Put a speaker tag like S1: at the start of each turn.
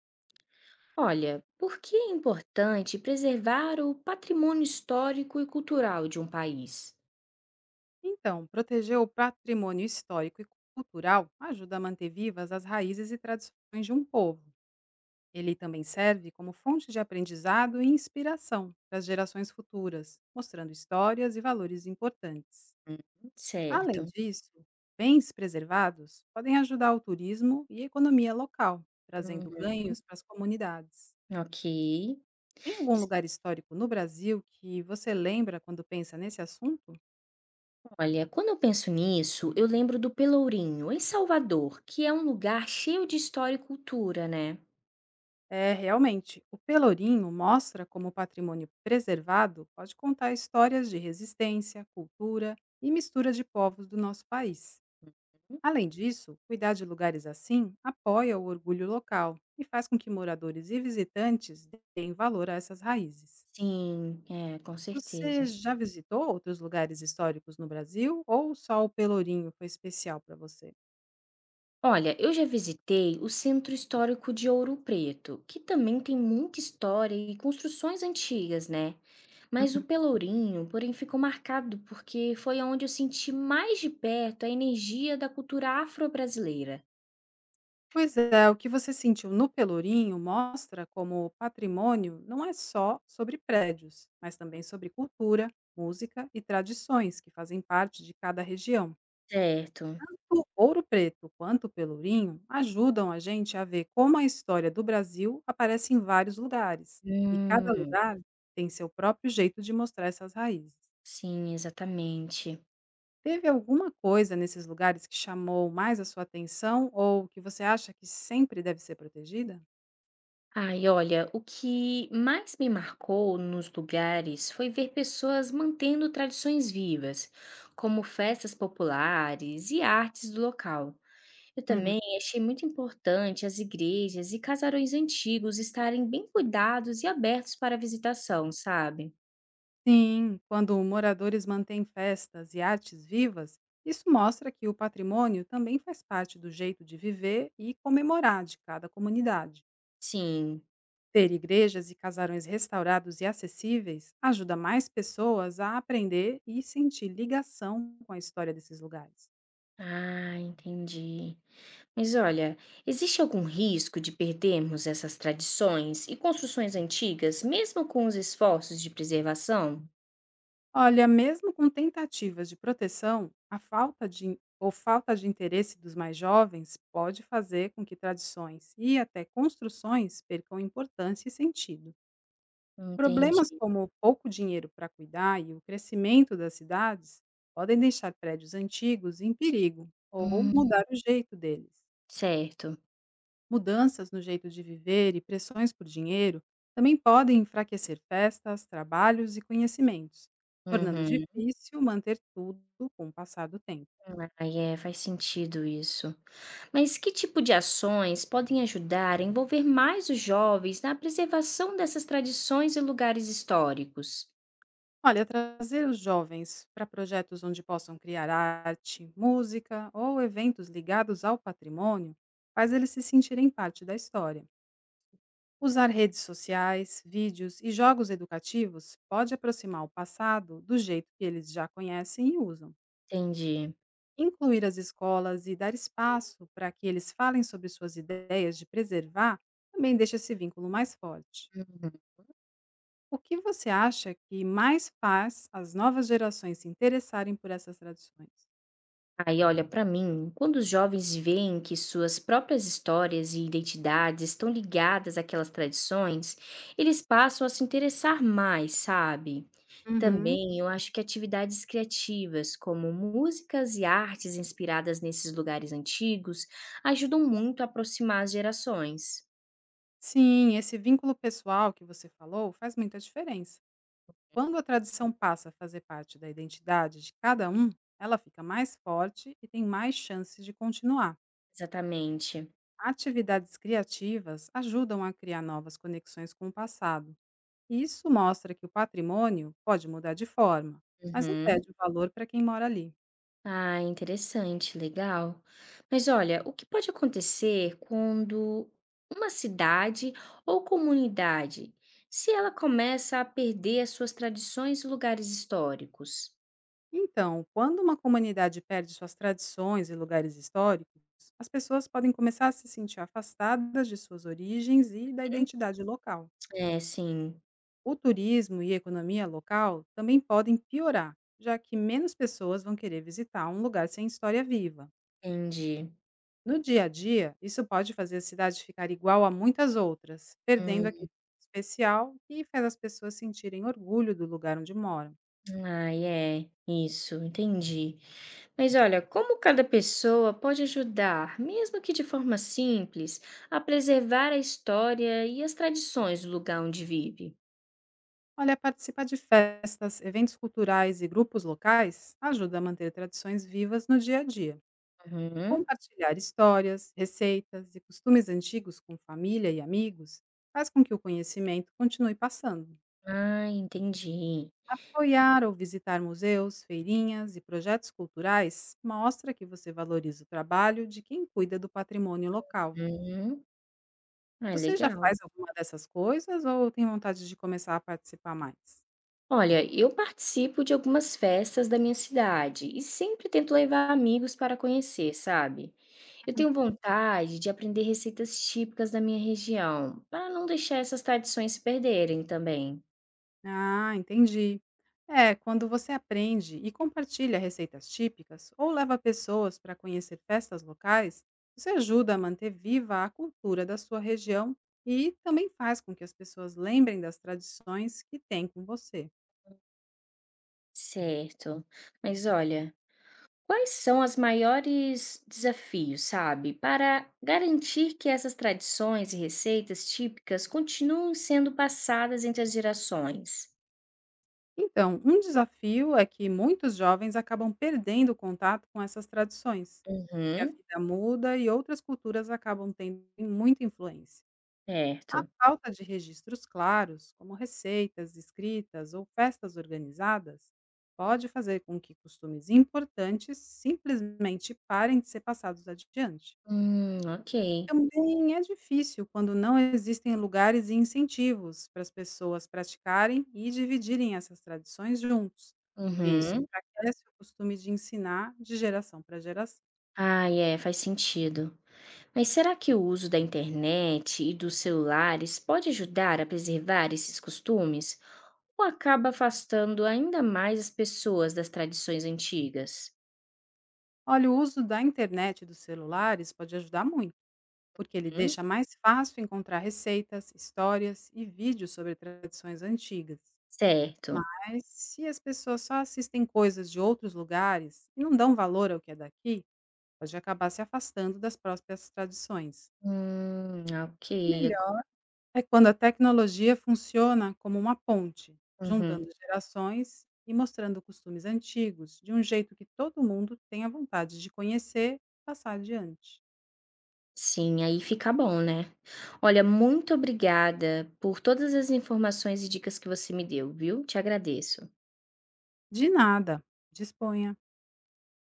S1: Olha, por que é importante preservar o patrimônio histórico e cultural de um país?
S2: Então, proteger o patrimônio histórico e cultural ajuda a manter vivas as raízes e tradições de um povo. Ele também serve como fonte de aprendizado e inspiração para as gerações futuras, mostrando histórias e valores importantes.
S1: Hum.
S2: Além
S1: Certo.
S2: disso, bens preservados podem ajudar o turismo e a economia local,
S1: Hum,
S2: trazendo ganhos para as comunidades.
S1: ok.
S2: Tem algum
S1: S-
S2: lugar histórico no Brasil que você lembra quando pensa nesse assunto?
S1: Olha, quando eu penso nisso, eu lembro do Pelourinho, em Salvador, que é um lugar cheio de história e cultura, né?
S2: É, realmente, o Pelourinho mostra como o patrimônio preservado pode contar histórias de resistência, cultura e mistura de povos do nosso país. Além disso, cuidar de lugares assim apoia o orgulho local e faz com que moradores e visitantes deem valor a essas raízes.
S1: Sim, é, com
S2: Você
S1: certeza.
S2: já visitou outros lugares históricos no Brasil ou só o Pelourinho foi especial para você?
S1: Olha, eu já visitei o Centro Histórico de Ouro Preto, que também tem muita história e construções antigas, né? Mas o Pelourinho, porém, ficou marcado porque foi onde eu senti mais de perto a energia da cultura afro-brasileira.
S2: Pois é, o que você sentiu no Pelourinho mostra como o patrimônio não é só sobre prédios, mas também sobre cultura, música e tradições que fazem parte de cada região.
S1: Certo.
S2: Tanto Ouro Preto quanto Pelourinho ajudam a gente a ver como a história do Brasil aparece em vários lugares, e cada
S1: Hum,
S2: lugar tem seu próprio jeito de mostrar essas raízes.
S1: sim, exatamente.
S2: Teve alguma coisa nesses lugares que chamou mais a sua atenção ou que você acha que sempre deve ser protegida?
S1: Ai, olha, o que mais me marcou nos lugares foi ver pessoas mantendo tradições vivas, como festas populares e artes do local. Eu
S2: Uhum.
S1: também achei muito importante as igrejas e casarões antigos estarem bem cuidados e abertos para visitação, sabe?
S2: Sim, quando moradores mantêm festas e artes vivas, isso mostra que o patrimônio também faz parte do jeito de viver e comemorar de cada comunidade.
S1: Sim.
S2: Ter igrejas e casarões restaurados e acessíveis ajuda mais pessoas a aprender e sentir ligação com a história desses lugares.
S1: Ah, entendi. Mas olha, existe algum risco de perdermos essas tradições e construções antigas, mesmo com os esforços de preservação?
S2: Olha, mesmo com tentativas de proteção, a falta de interesse dos mais jovens pode fazer com que tradições e até construções percam importância e sentido. Problemas
S1: Entendi.
S2: como pouco dinheiro para cuidar e o crescimento das cidades podem deixar prédios antigos em perigo ou
S1: Hum,
S2: mudar o jeito deles.
S1: certo.
S2: Mudanças no jeito de viver e pressões por dinheiro também podem enfraquecer festas, trabalhos e conhecimentos, tornando
S1: Uhum.
S2: difícil manter tudo com o passar do tempo.
S1: Aí é, faz sentido isso. Mas que tipo de ações podem ajudar a envolver mais os jovens na preservação dessas tradições e lugares históricos?
S2: Olha, trazer os jovens para projetos onde possam criar arte, música ou eventos ligados ao patrimônio faz eles se sentirem parte da história. Usar redes sociais, vídeos e jogos educativos pode aproximar o passado do jeito que eles já conhecem e usam.
S1: Entendi.
S2: Incluir as escolas e dar espaço para que eles falem sobre suas ideias de preservar também deixa esse vínculo mais forte.
S1: Uhum.
S2: O que você acha que mais faz as novas gerações se interessarem por essas tradições?
S1: Aí, olha, para mim, quando os jovens veem que suas próprias histórias e identidades estão ligadas àquelas tradições, eles passam a se interessar mais, sabe?
S2: Uhum.
S1: Também eu acho que atividades criativas, como músicas e artes inspiradas nesses lugares antigos, ajudam muito a aproximar as gerações.
S2: Sim, esse vínculo pessoal que você falou faz muita diferença. Quando a tradição passa a fazer parte da identidade de cada um, ela fica mais forte e tem mais chances de continuar.
S1: Exatamente.
S2: Atividades criativas ajudam a criar novas conexões com o passado. E isso mostra que o patrimônio pode mudar de forma, mas não
S1: Uhum.
S2: perde o valor para quem mora ali.
S1: Ah, interessante, legal. Mas olha, o que pode acontecer quando uma cidade ou comunidade, se ela começa a perder as suas tradições e lugares históricos?
S2: Então, quando uma comunidade perde suas tradições e lugares históricos, as pessoas podem começar a se sentir afastadas de suas origens e da
S1: Hum?
S2: identidade local.
S1: É, sim,
S2: O turismo e a economia local também podem piorar, já que menos pessoas vão querer visitar um lugar sem história viva.
S1: entendi.
S2: No dia a dia, isso pode fazer a cidade ficar igual a muitas outras, perdendo
S1: Hum,
S2: aquele especial que faz as pessoas sentirem orgulho do lugar onde moram.
S1: ai, é, isso, entendi. Mas olha, como cada pessoa pode ajudar, mesmo que de forma simples, a preservar a história e as tradições do lugar onde vive?
S2: Olha, participar de festas, eventos culturais e grupos locais ajuda a manter tradições vivas no dia a dia.
S1: Uhum.
S2: Compartilhar histórias, receitas e costumes antigos com família e amigos faz com que o conhecimento continue passando.
S1: Ah, entendi.
S2: Apoiar ou visitar museus, feirinhas e projetos culturais mostra que você valoriza o trabalho de quem cuida do patrimônio local.
S1: Uhum. Ah,
S2: Você já
S1: legal.
S2: faz alguma dessas coisas ou tem vontade de começar a participar mais?
S1: Olha, eu participo de algumas festas da minha cidade e sempre tento levar amigos para conhecer, sabe? Eu tenho vontade de aprender receitas típicas da minha região, para não deixar essas tradições se perderem também.
S2: Ah, entendi. É, quando você aprende e compartilha receitas típicas ou leva pessoas para conhecer festas locais, você ajuda a manter viva a cultura da sua região e também faz com que as pessoas lembrem das tradições que têm com você.
S1: Certo. Mas olha, quais são os maiores desafios, sabe, para garantir que essas tradições e receitas típicas continuem sendo passadas entre as gerações?
S2: Então, um desafio é que muitos jovens acabam perdendo o contato com essas tradições, porque a
S1: Uhum,
S2: vida muda e outras culturas acabam tendo muita influência. A
S1: certo.
S2: falta de registros claros, como receitas escritas ou festas organizadas, pode fazer com que costumes importantes simplesmente parem de ser passados adiante.
S1: Ok.
S2: Também é difícil quando não existem lugares e incentivos para as pessoas praticarem e dividirem essas tradições juntos, porque isso
S1: Uhum. Uhum.
S2: enfraquece o costume de ensinar de geração para geração.
S1: Ah, é, faz sentido. Mas será que o uso da internet e dos celulares pode ajudar a preservar esses costumes? Ou acaba afastando ainda mais as pessoas das tradições antigas?
S2: Olha, o uso da internet e dos celulares pode ajudar muito porque ele
S1: Hum,
S2: deixa mais fácil encontrar receitas, histórias e vídeos sobre tradições antigas.
S1: certo.
S2: Mas se as pessoas só assistem coisas de outros lugares e não dão valor ao que é daqui, pode acabar se afastando das próprias tradições.
S1: Ok.
S2: Melhor é quando a tecnologia funciona como uma ponte, juntando
S1: Uhum.
S2: gerações e mostrando costumes antigos de um jeito que todo mundo tenha vontade de conhecer e passar adiante.
S1: Sim, aí fica bom, né? Olha, muito obrigada por todas as informações e dicas que você me deu, viu? Te agradeço.
S2: De nada, disponha.